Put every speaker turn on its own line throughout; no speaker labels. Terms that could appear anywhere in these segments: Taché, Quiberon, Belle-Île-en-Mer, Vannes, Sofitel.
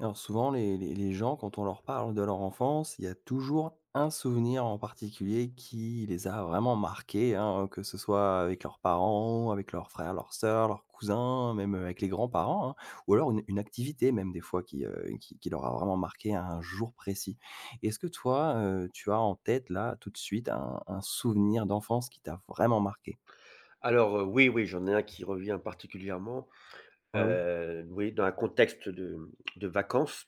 Alors souvent, les gens, quand on leur parle de leur enfance, il y a toujours un souvenir en particulier qui les a vraiment marqués, hein, que ce soit avec leurs parents, avec leurs frères, leurs sœurs, leurs cousins, même avec les grands-parents, hein, ou alors une activité même des fois qui leur a vraiment marqué un jour précis. Est-ce que toi, tu as en tête là tout de suite un souvenir d'enfance qui t'a vraiment marqué?
Alors, oui, j'en ai un qui revient particulièrement,
Ah oui,
oui, dans un contexte de, mmh, de vacances.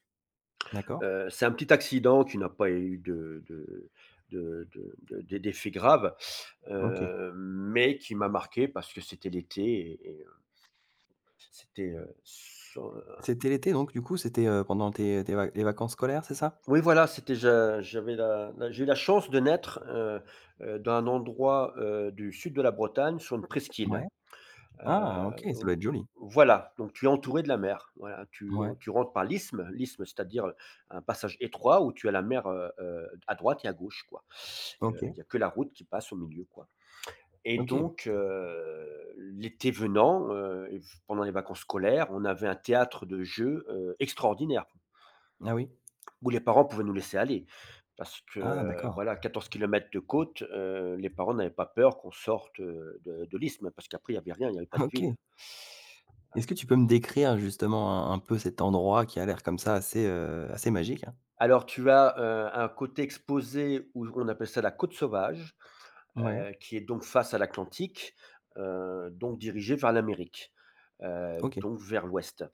d'accord,
C'est un petit accident qui n'a pas eu de d'é d'effets graves,
ok.
mais qui m'a marqué parce que c'était l'été et c'était, sur
C'était l'été, donc du coup, c'était pendant les vacances scolaires, c'est ça?
oui, voilà, c'était je j'avais la la j'ai eu la chance de naître, dans un endroit, du sud de la Bretagne, sur une
Ouais.
presqu'île.
Ah OK, ça
Heu,
doit être joli.
voilà, donc tu es entouré de la mer. Voilà, tu
Ouais.
tu rentres par l'isthme. L'isthme, c'est-à-dire un passage étroit où tu as la mer, à droite et à gauche, quoi.
OK,
Il n'y a que la route qui passe au milieu, quoi, et
OK.
donc l'été venant, pendant les vacances scolaires, on avait un théâtre de jeux, extraordinaire,
Ah oui.
où les parents pouvaient nous laisser aller parce que,
Ah d'accord.
voilà, 14 kilomètres de côte, les parents n'avaient pas peur qu'on sorte, de l'isthme parce qu'après il n'y avait rien, il n'y avait pas de
OK.
ville.
Est-ce que tu peux me décrire justement un peu cet endroit qui a l'air comme ça assez, assez magique, hein?
Alors tu as, un côté exposé où on appelle ça la côte sauvage,
Ouais,
qui est donc face à l'Atlantique, donc dirigée vers l'Amérique,
OK.
donc vers l'ouest,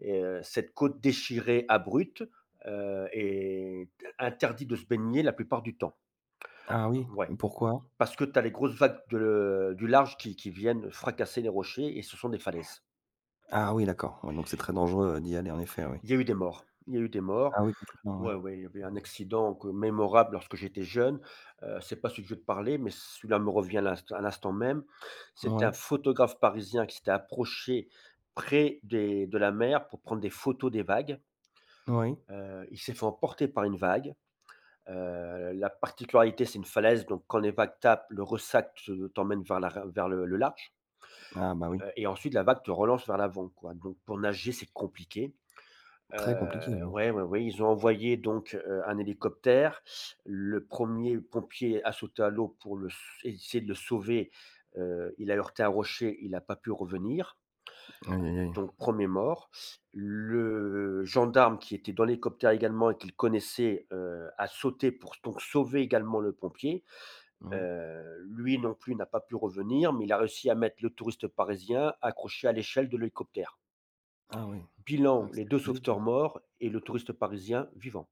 et cette côte déchirée, abrupte, est interdite de se baigner la plupart du temps.
Ah oui,
Ouais,
et pourquoi?
parce que tu as les grosses vagues du large qui viennent fracasser les rochers et ce sont des falaises.
Ah oui, d'accord, ouais, donc c'est très dangereux, d'y aller en effet, oui.
Il y a eu des morts, il y a eu des morts.
Ah oui, complètement, oui.
Ouais, ouais, il y avait un accident que mémorable lorsque j'étais jeune, c'est pas celui que je vais te parler, mais celui-là me revient à l'instant même. C'était un
Ouais,
photographe parisien qui s'était approché près des de la mer pour prendre des photos des vagues.
oui.
Il s'est fait emporter par une vague. La particularité, c'est une falaise, donc quand les vagues tapent, le ressac te t'emmène vers le large,
Ah bah oui,
et ensuite la vague te relance vers l'avant, quoi. Donc pour nager, c'est compliqué.
très compliqué, oui.
Ouais, ouais, ouais, ils ont envoyé donc, un hélicoptère. Le premier pompier a sauté à l'eau pour le essayer de le sauver. Il a heurté un rocher, il n'a pas pu revenir,
Aïe aïe aïe.
donc premier mort. Le gendarme qui était dans l'hélicoptère également et qu'il connaissait, a sauté pour donc sauver également le pompier.
Oui.
Lui non plus n'a pas pu revenir, mais il a réussi à mettre le touriste parisien accroché à l'échelle de l'hélicoptère.
Ah oui. Ah,
Bilan, les
c'était
2
tragique.
sauveteurs morts et le touriste parisien vivant.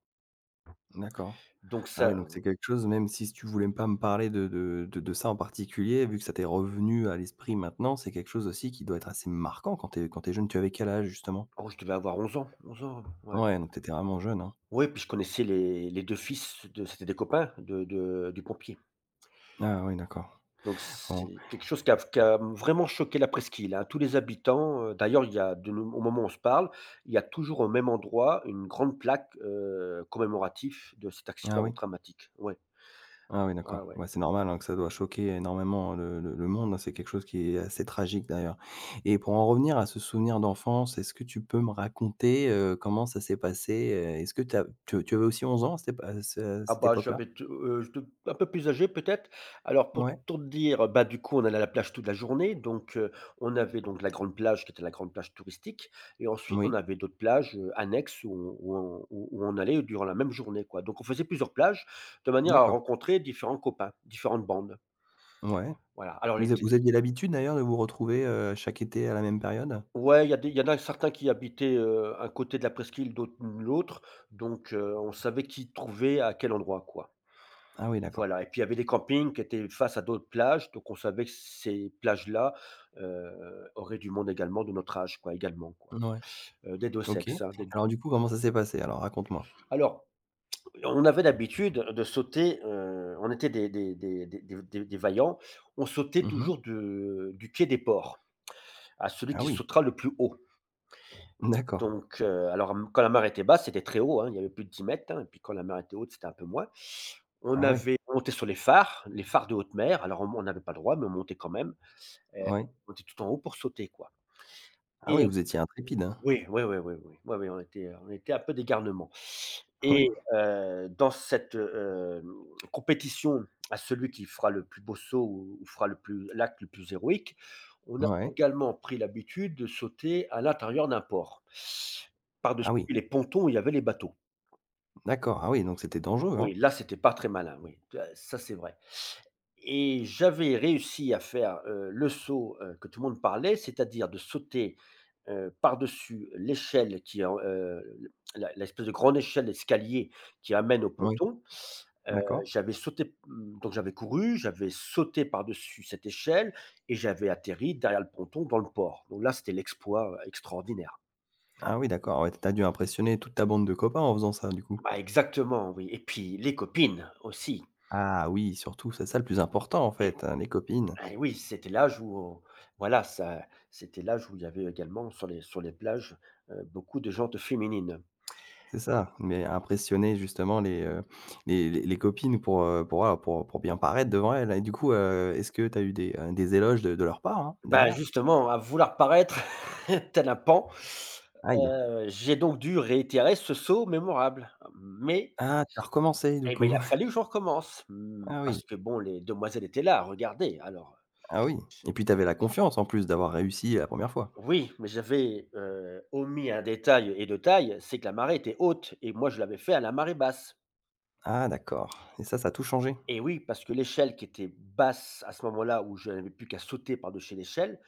D'accord.
Donc
Ah oui,
ça
donc c'est quelque chose, même si tu voulais pas me parler de ça en particulier, vu que ça t'est revenu à l'esprit maintenant, c'est quelque chose aussi qui doit être assez marquant quand t'es jeune. Tu avais quel âge justement?
oh, je devais avoir 11 ans, 11 ans, ouais.
Ouais, donc t'étais vraiment jeune, hein?
Ouais, puis je connaissais les 2 fils de c'étaient des copains de du pompier.
Ah oui, d'accord.
Donc
Bon.
c'est quelque chose qui a vraiment choqué la presqu'île, hein. Tous les habitants, d'ailleurs, il y a de nous au moment où on se parle, il y a toujours au même endroit une grande plaque, commémoratif de cet
Ah
accident
oui?
dramatique. Ouais,
Ah oui,
ouais,
d'accord.
ouais.
Ouais, c'est normal, hein, que ça doit choquer énormément le monde, hein. C'est quelque chose qui est assez tragique d'ailleurs, et pour en revenir à ce souvenir d'enfance, est-ce que tu peux me raconter, comment ça s'est passé? Est-ce que tu as tu tu avais aussi 11 ans à cette épa à ce à
Ah
cette
bah,
époque-là?
j'étais un peu plus âgé peut-être. Alors pour
Ouais.
tout te dire, bah, du coup, on allait à la plage toute la journée, donc on avait donc la grande plage qui était la grande plage touristique, et ensuite on
Oui.
avait d'autres plages, annexes, où on où on où où on allait durant la même journée, quoi. Donc on faisait plusieurs plages de manière à
D'accord.
rencontrer différents copains, différentes bandes.
Ouais.
Voilà. Alors l'été
Vous aviez l'habitude d'ailleurs de vous retrouver, chaque été à la même période?
ouais, il y en a certains qui habitaient, un côté de la presqu'île, d'autres l'autre, donc on savait qui trouver à quel endroit, quoi.
Ah oui, d'accord.
Voilà, et puis il y avait des campings qui étaient face à d'autres plages, donc on savait que ces plages-là, auraient du monde également de notre âge quoi, également quoi,
Ouais,
des 2
OK.
sexes, hein, des
Alors du coup, comment ça s'est passé alors? Raconte-moi.
alors on avait l'habitude de sauter, on était des vaillants, on sautait
Mmh mh.
toujours de du quai des ports à celui
Ah
qui
oui,
sautera le plus haut.
d'accord.
Donc alors quand la mare était basse, c'était très haut, hein, il y avait plus de 10 mètres, hein, et puis quand la mer était haute, c'était un peu moins. On
Ah ouais,
avait monté sur les phares de haute mer, alors on n'avait pas le droit mais on montait quand même. Heu,
ouais.
on était tout en haut pour sauter, quoi,
Ah oui,
et
vous étiez intrépide, hein?
oui, oui, oui, oui, oui, oui, oui, on était un peu d'égarnement
Oui.
et dans cette, compétition à celui qui fera le plus beau saut ou fera le plus l'acte le plus héroïque, on a
Ouais.
également pris l'habitude de sauter à l'intérieur d'un port. Par-dessus
Ah oui,
les pontons où il y avait les bateaux.
d'accord. Ah oui, donc c'était dangereux, hein?
Oui, là, c'était pas très malin, oui, tu ça, c'est vrai, et j'avais réussi à faire, le saut, que tout le monde parlait, c'est-à-dire de sauter, par-dessus l'échelle qui est en la l'espèce de grande échelle d'escalier qui amène au
Oui,
ponton. Heu,
d'accord.
J'avais sauté mmh, donc j'avais couru, j'avais sauté par-dessus cette échelle et j'avais atterri derrière le ponton dans le port. Donc là, c'était l'exploit, extraordinaire.
Ah oui, d'accord, ouais, tu as dû impressionner toute ta bande de copains en faisant ça, du coup?
Bah, exactement, oui, et puis les copines aussi.
Ah oui, surtout, c'est ça le plus important, en fait, hein, les copines.
Et oui, c'était l'âge où, voilà, ça c'était l'âge où il y avait également sur les plages, beaucoup de gens de féminines.
C'est ça, mais impressionner justement les copines pour, voilà, pour bien paraître devant elles et du coup, est-ce que tu as eu des éloges de leur part, hein,
Ben
derrière?
justement, à vouloir paraître tel un pan,
Aïe!
j'ai donc dû réitérer ce saut mémorable. Mais
Ah, tu as recommencé du
et bah, il
coup?
a fallu que je recommence, mmh,
Ah oui,
parce que bon, les demoiselles étaient là. Regardez. Alors
ah oui, et puis tu avais la confiance en plus d'avoir réussi la première fois?
oui, mais j'avais, omis un détail et de taille, c'est que la marée était haute et moi je l'avais fait à la marée basse.
Ah d'accord, et ça a tout changé?
Et oui, parce que l'échelle qui était basse à ce moment-là, où je n'avais plus qu'à sauter par-dessus l'échelle,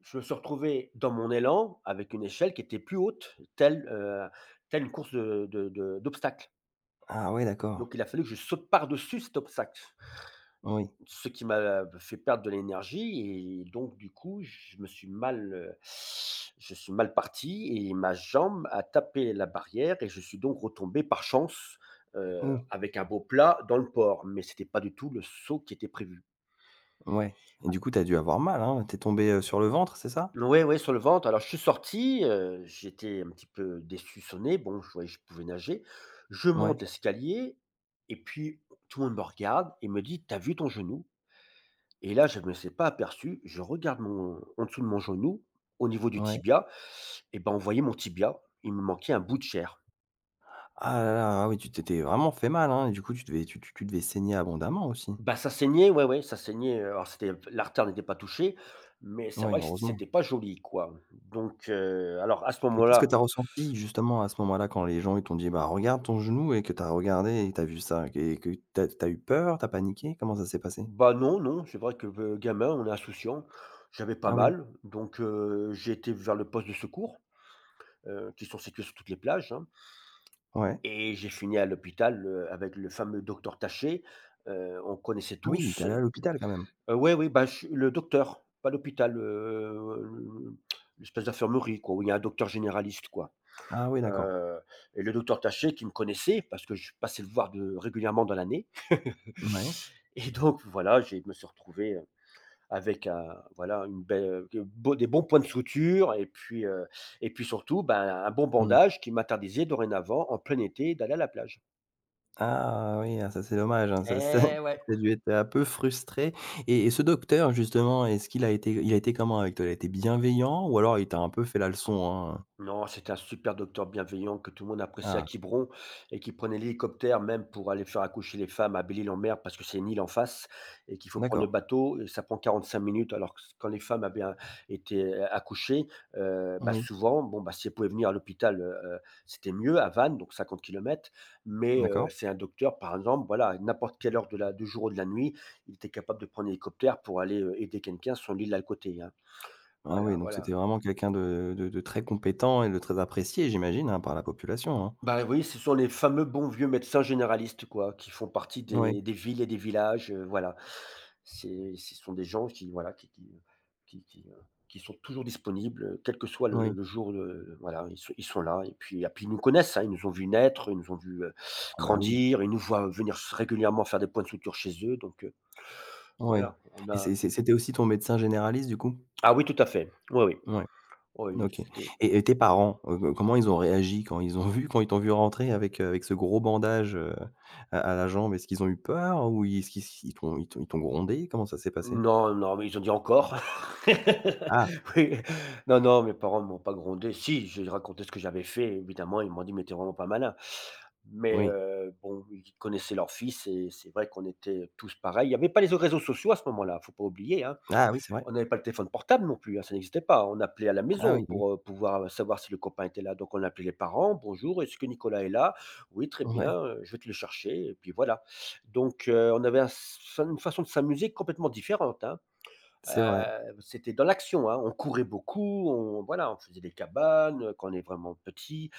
je me suis retrouvé dans mon élan avec une échelle qui était plus haute, telle, telle une course de d'obstacles.
Ah ouais,
Donc
d'accord,
il a fallu que je saute par-dessus cet obstacle,
oui,
ce qui m'a fait perdre de l'énergie et donc du coup, je suis mal parti et ma jambe a tapé la barrière et je suis donc retombé par chance,
mmh,
avec un beau plat dans le port, mais c'était pas du tout le saut qui était prévu.
ouais, et du coup, tu as dû avoir mal, hein? Tu es tombée, sur le ventre, c'est ça?
Ouais, ouais, sur le ventre. Alors je suis sorti, j'étais un petit peu déçu, sonné. Bon, je voyais que je pouvais nager. Je
Ouais,
monte l'escalier et puis tout le monde me regarde et me dit: "T'as vu ton genou?» Et là, je ne me suis pas aperçu, je regarde mon en dessous de mon genou, au niveau du
ouais.
tibia, et ben, on voyait mon tibia, il me manquait un bout de chair.
Ah là là, ah oui, tu t'étais vraiment fait mal, hein, et du coup, tu devais saigner abondamment aussi?
Bah, ça saignait, ouais, ouais, ça saignait, alors c'était l'artère n'était pas touchée, mais c'est
Ouais,
vrai que
heureusement.
c'était pas joli, quoi. Donc alors à ce
Et qu'est-ce que
moment-là
tu as ressenti justement à ce moment-là quand les gens ils t'ont dit: «Bah, regarde ton genou» et que tu as regardé et tu as vu ça et que tu as eu peur, tu as paniqué? Comment ça s'est passé?
bah, non, non, c'est vrai que, gamin, on est insouciant. J'avais pas
Ah oui,
mal, donc j'ai été vers le poste de secours, qui sont situés sur toutes les plages, hein,
ouais.
et j'ai fini à l'hôpital, avec le fameux docteur Taché, on connaissait
Ah oui, tu
tous.
es allé à l'hôpital quand même?
Ouais, oui, bah, je le docteur, pas l'hôpital, l'espèce d'infirmerie, quoi, où il y a un docteur généraliste, quoi.
Ah oui, d'accord.
Heu et le docteur Taché qui me connaissait parce que je passais le voir de régulièrement dans l'année
Ouais,
et donc voilà, j'ai je me suis retrouvé, avec un voilà, une belle de beaux des bons points de suture et puis surtout, ben, un bon
mmh.
bandage qui m'interdisait dorénavant, en plein été, d'aller à la plage.
Ah oui, ah ça c'est dommage, hein, ça
Eh ouais!
t'as dû être un peu frustré, et ce docteur justement, est-ce qu'il a été il a été comment avec toi? Il a été bienveillant ou alors il t'a un peu fait la leçon, hein?
Non, c'était un super docteur bienveillant que tout le monde appréciait à
Ah,
Quiberon, et qui prenait l'hélicoptère même pour aller faire accoucher les femmes à Belle-Île-en-Mer parce que c'est une île en face et qu'il faut prendre le
d'accord.
bateau et ça prend 45 minutes, alors que quand les femmes avaient été accouchées, bah
Oui,
souvent, bon, bah, si elles pouvaient venir à l'hôpital, c'était mieux à Vannes, donc 50 km. Mais
d'accord.
c'est un docteur, par exemple, voilà, à n'importe quelle heure du jour ou de la nuit, il était capable de prendre l'hélicoptère pour aller aider quelqu'un sur l'île à côté, hein.
Ah oui,
Voilà,
donc
voilà.
c'était vraiment quelqu'un de très compétent et de très apprécié, j'imagine, hein, par la population, hein?
Bah, oui, ce sont les fameux bons vieux médecins généralistes, quoi, qui font partie
Ouais,
des villes et des villages, voilà. C'est ce sont des gens qui, voilà, qui qui, heu, qui sont toujours disponibles, quel que soit le
oui.
le jour, voilà, ils sont là, et puis ils nous connaissent, hein, ils nous ont vus naître, ils nous ont vus,
Ah bah oui,
grandir, ils nous voient venir régulièrement faire des points de suture chez eux, donc,
ouais,
voilà, on
et
a
c'était aussi ton médecin généraliste, du coup?
ah oui, tout à fait, oui, oui.
Ouais,
Oui.
OK,
c'était
et tes parents, comment ils ont réagi quand ils t'ont vu rentrer avec, avec ce gros bandage, à la jambe? Est-ce qu'ils ont eu peur ou ils- est-ce qu'ils ils t'ont ils t'ont ils t'ont grondé? Comment ça s'est passé?
Non, non, mais ils ont dit: «Encore?»
Ah!
Oui. Non, non, mes parents ne m'ont pas grondé. Si, j'ai raconté ce que j'avais fait, évidemment, ils m'ont dit: «Mais t'es vraiment pas malin». Mais,
Oui.
bon, ils connaissaient leur fils et c'est vrai qu'on était tous pareils. Il y avait pas les réseaux sociaux à ce moment-là, faut pas oublier, hein.
Ah oui, c'est vrai.
On n'avait pas le téléphone portable non plus, hein, ça n'existait pas. On appelait à la
Ah
maison
oui, oui.
pour, pouvoir, savoir si le copain était là. Donc on appelait les parents: «Bonjour, est-ce que Nicolas est là?» «Oui, très bien,
Ouais,
je vais te le chercher» et puis voilà. Donc, on avait un une façon de s'amuser complètement différente, hein.
c'est vrai.
C'était dans l'action, hein, on courait beaucoup, on voilà, on faisait des cabanes quand on est vraiment petit,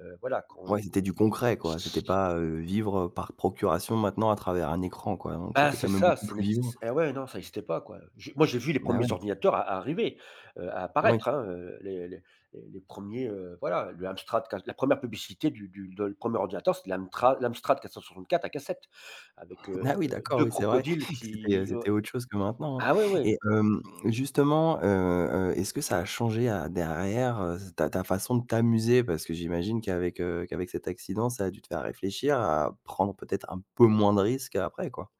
voilà, quand on-
Ouais, c'était du concret, quoi. C'était pas, vivre, par procuration maintenant à travers un écran, quoi, donc
ah
c'était
c'est
quand même
ça,
beaucoup
ça
plus
n'exis
vivant.
ah ouais, non, ça n'existait pas, quoi. J'ai Moi, j'ai vu les
Ah
premiers
ouais,
ers ordinateurs a arriver, à
oui.
apparaître, hein, les 1ers, voilà, le Amstrad qua la première publicité du de le 1 ordinateur, c'était l'Amstrad 464 à cassette avec,
Ah oui, d'accord,
2
oui, c'est vrai
crocodiles
que c'était,
qui
c'était
ouais.
autre chose que maintenant,
Ah ouais,
hein,
ouais.
et justement, est-ce que ça a changé à derrière, ta ta façon de t'amuser? Parce que j'imagine qu'avec, qu'avec cet accident, ça a dû te faire réfléchir à prendre peut-être un peu moins de risques après, quoi?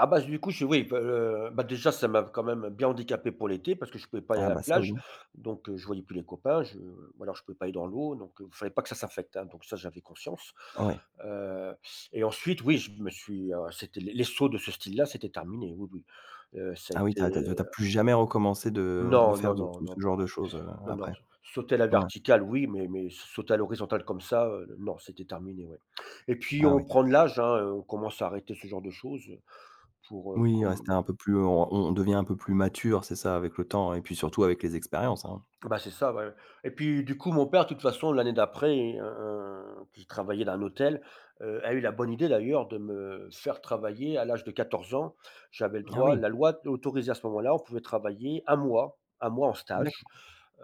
Ah bah, du coup, je oui, bah, déjà, ça m'a quand même bien handicapé pour l'été parce que je pouvais pas aller à
Ah
la
bah, ça oui.
plage, donc, je voyais plus les copains, je ou alors je pouvais pas aller dans l'eau, donc il fallait pas que ça s'infecte, hein, donc ça, j'avais conscience.
Ouais.
Heu et ensuite, oui, c'était les sauts de ce style-là, c'était terminé, oui, oui. Heu, ça a
Ah oui, t'as as
été,
tu plus jamais recommencé de
non,
faire
non,
de
non, non,
ce
pas
genre de choses,
non, non,
après?
sauter à la
Ouais.
verticale, oui, mais sauter à l'horizontale comme ça, non, c'était terminé, ouais, et puis
Ah
on
oui.
prend de l'âge, hein, on commence à arrêter ce genre de choses, pour,
Oui, rester
comme.
un peu plus, on devient un peu plus mature, c'est ça, avec le temps et puis surtout avec les expériences, hein.
Bah, c'est ça, ouais, ouais, et puis, du coup, mon père, de toute façon, l'année d'après, qui travaillait dans un hôtel, a eu la bonne idée d'ailleurs de me faire travailler à l'âge de 14 ans. J'avais le
Ah
droit
oui,
La loi autorisait à ce moment-là, on pouvait travailler un mois en stage,
d'accord.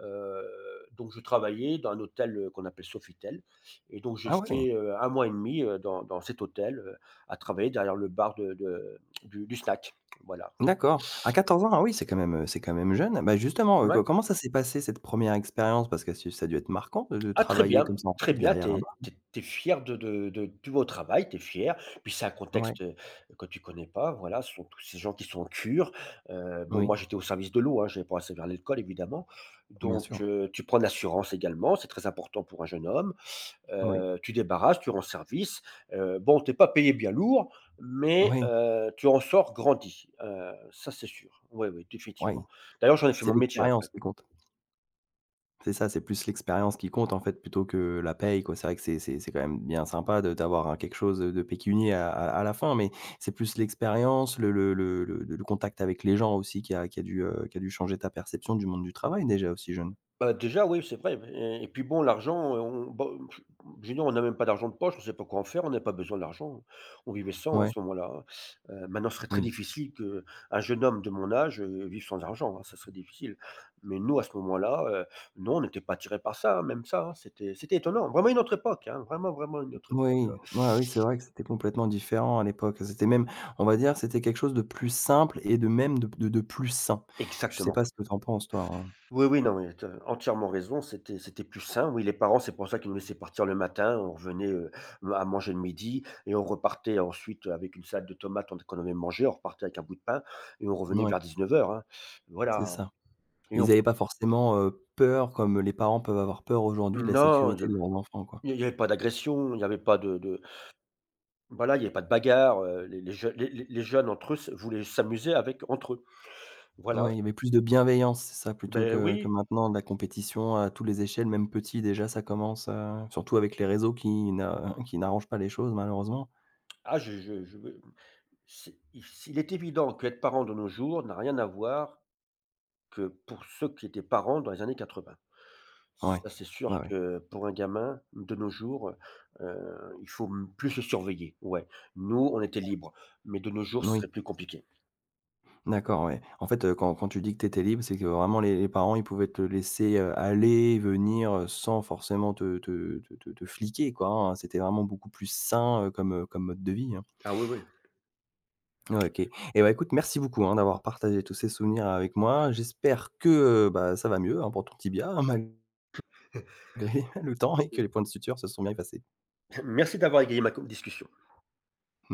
donc je travaillais dans un hôtel, qu'on appelle Sofitel, et donc j'ai
Ah ouais,
fait, 1 mois et demi, dans cet hôtel, à travailler derrière le bar de du snack, voilà.
d'accord. À 14 ans, ah oui, c'est quand même jeune. Bah, justement,
Ouais.
co comment ça s'est passé cette première expérience? Parce que c'est ça a dû être marquant de
Ah,
travailler comme ça en
très
plus
bien, tu
derrière un
es
bar?
tu es tu es fier de vas travail, tu es fier, puis c'est un
Ouais,
contexte, que tu connais pas, voilà, ce sont tous ces gens qui sont en cure, bon, moi
oui,
j'étais au service de l'eau, hein, j'avais pas assez vers l'alcool, évidemment,
bien
donc,
sûr.
tu prends de l'assurance également, c'est très important pour un jeune homme,
Oui,
tu débarrasses, tu rends service, bon, t'es pas payé bien lourd, mais,
oui,
tu en sors grandi, ça c'est sûr. Oui, oui,
oui,
définitivement. D'ailleurs, j'en ai fait
c'est
mon métier après.
l'expérience qui compte. C'est ça, c'est plus l'expérience qui compte, en fait, plutôt que la paye, quoi. C'est vrai que c'est quand même bien sympa de d'avoir un quelque chose, de pécunier à la fin, mais c'est plus l'expérience, le contact avec les gens aussi qui a dû changer ta perception du monde du travail déjà aussi jeune.
Bah, déjà, oui, c'est vrai, et puis bon, l'argent, on bon, pff, je veux dire, on n'a même pas d'argent de poche, on ne sait pas quoi en faire, on n'a pas besoin d'argent. On vivait sans à
Ouais,
ce moment-là, hein. Maintenant, ce serait très
oui.
difficile qu'un jeune homme de mon âge, vive sans argent, hein, ça serait difficile. Mais nous, à ce moment-là, non, on n'était pas attirés par ça, hein, même ça, hein, c'était étonnant. Vraiment une autre époque, hein, vraiment, vraiment une autre époque.
Oui, ouais, oui, c'est vrai que c'était complètement différent à l'époque. C'était même, on va dire, c'était quelque chose de plus simple et de même de plus sain. Je sais
Exactement.
pas ce que tu en penses toi, hein?
Oui, oui, non, mais tu entièrement raison, c'était plus sain. Oui, les parents, c'est pour ça qu'ils nous laissaient partir le matin, on revenait, à manger le midi, et on repartait ensuite avec une salade de tomates on qu'on avait mangée, on repartait avec un bout de pain et on revenait
Mouais,
vers 19:00, hein.
c'est
Voilà.
ça.
et
Ils
on
avaient pas forcément, peur comme les parents peuvent avoir peur aujourd'hui de la
Non, je
sécurité de leurs enfants, quoi.
il y avait pas d'agression, il y avait pas de voilà, il y avait pas de bagarre, les jeunes entre eux se voulaient s'amuser avec entre eux. Voilà.
Ouais, il y avait plus de bienveillance, c'est ça, plutôt
Ben
que
oui.
maintenant de la compétition à tous les échelles, même petit déjà ça commence, surtout avec les réseaux qui n'a qui n'arrangent pas les choses malheureusement.
ah je c'est Il est évident qu'être parent de nos jours n'a rien à voir que pour ceux qui étaient parents dans les années 80.
Ouais,
Ça, c'est
ouais,
sûr
ouais.
que pour un gamin, de nos jours, il faut m plus se surveiller, ouais. Nous, on était libres, mais de nos jours, ce
Oui,
serait plus compliqué.
d'accord, ouais. En fait, quand tu dis que tu étais libre, c'est que vraiment les parents, ils pouvaient te laisser, aller, venir, sans forcément te fliquer, quoi, hein. C'était vraiment beaucoup plus sain, comme, comme mode de vie, hein.
Ah oui, oui.
Ouais, OK. Et bah, écoute, merci beaucoup, hein, d'avoir partagé tous ces souvenirs avec moi. J'espère que, bah, ça va mieux, hein, pour ton tibia, hein, malgré le temps, et que les points de suture se sont bien effacés.
Merci d'avoir égayé ma co discussion.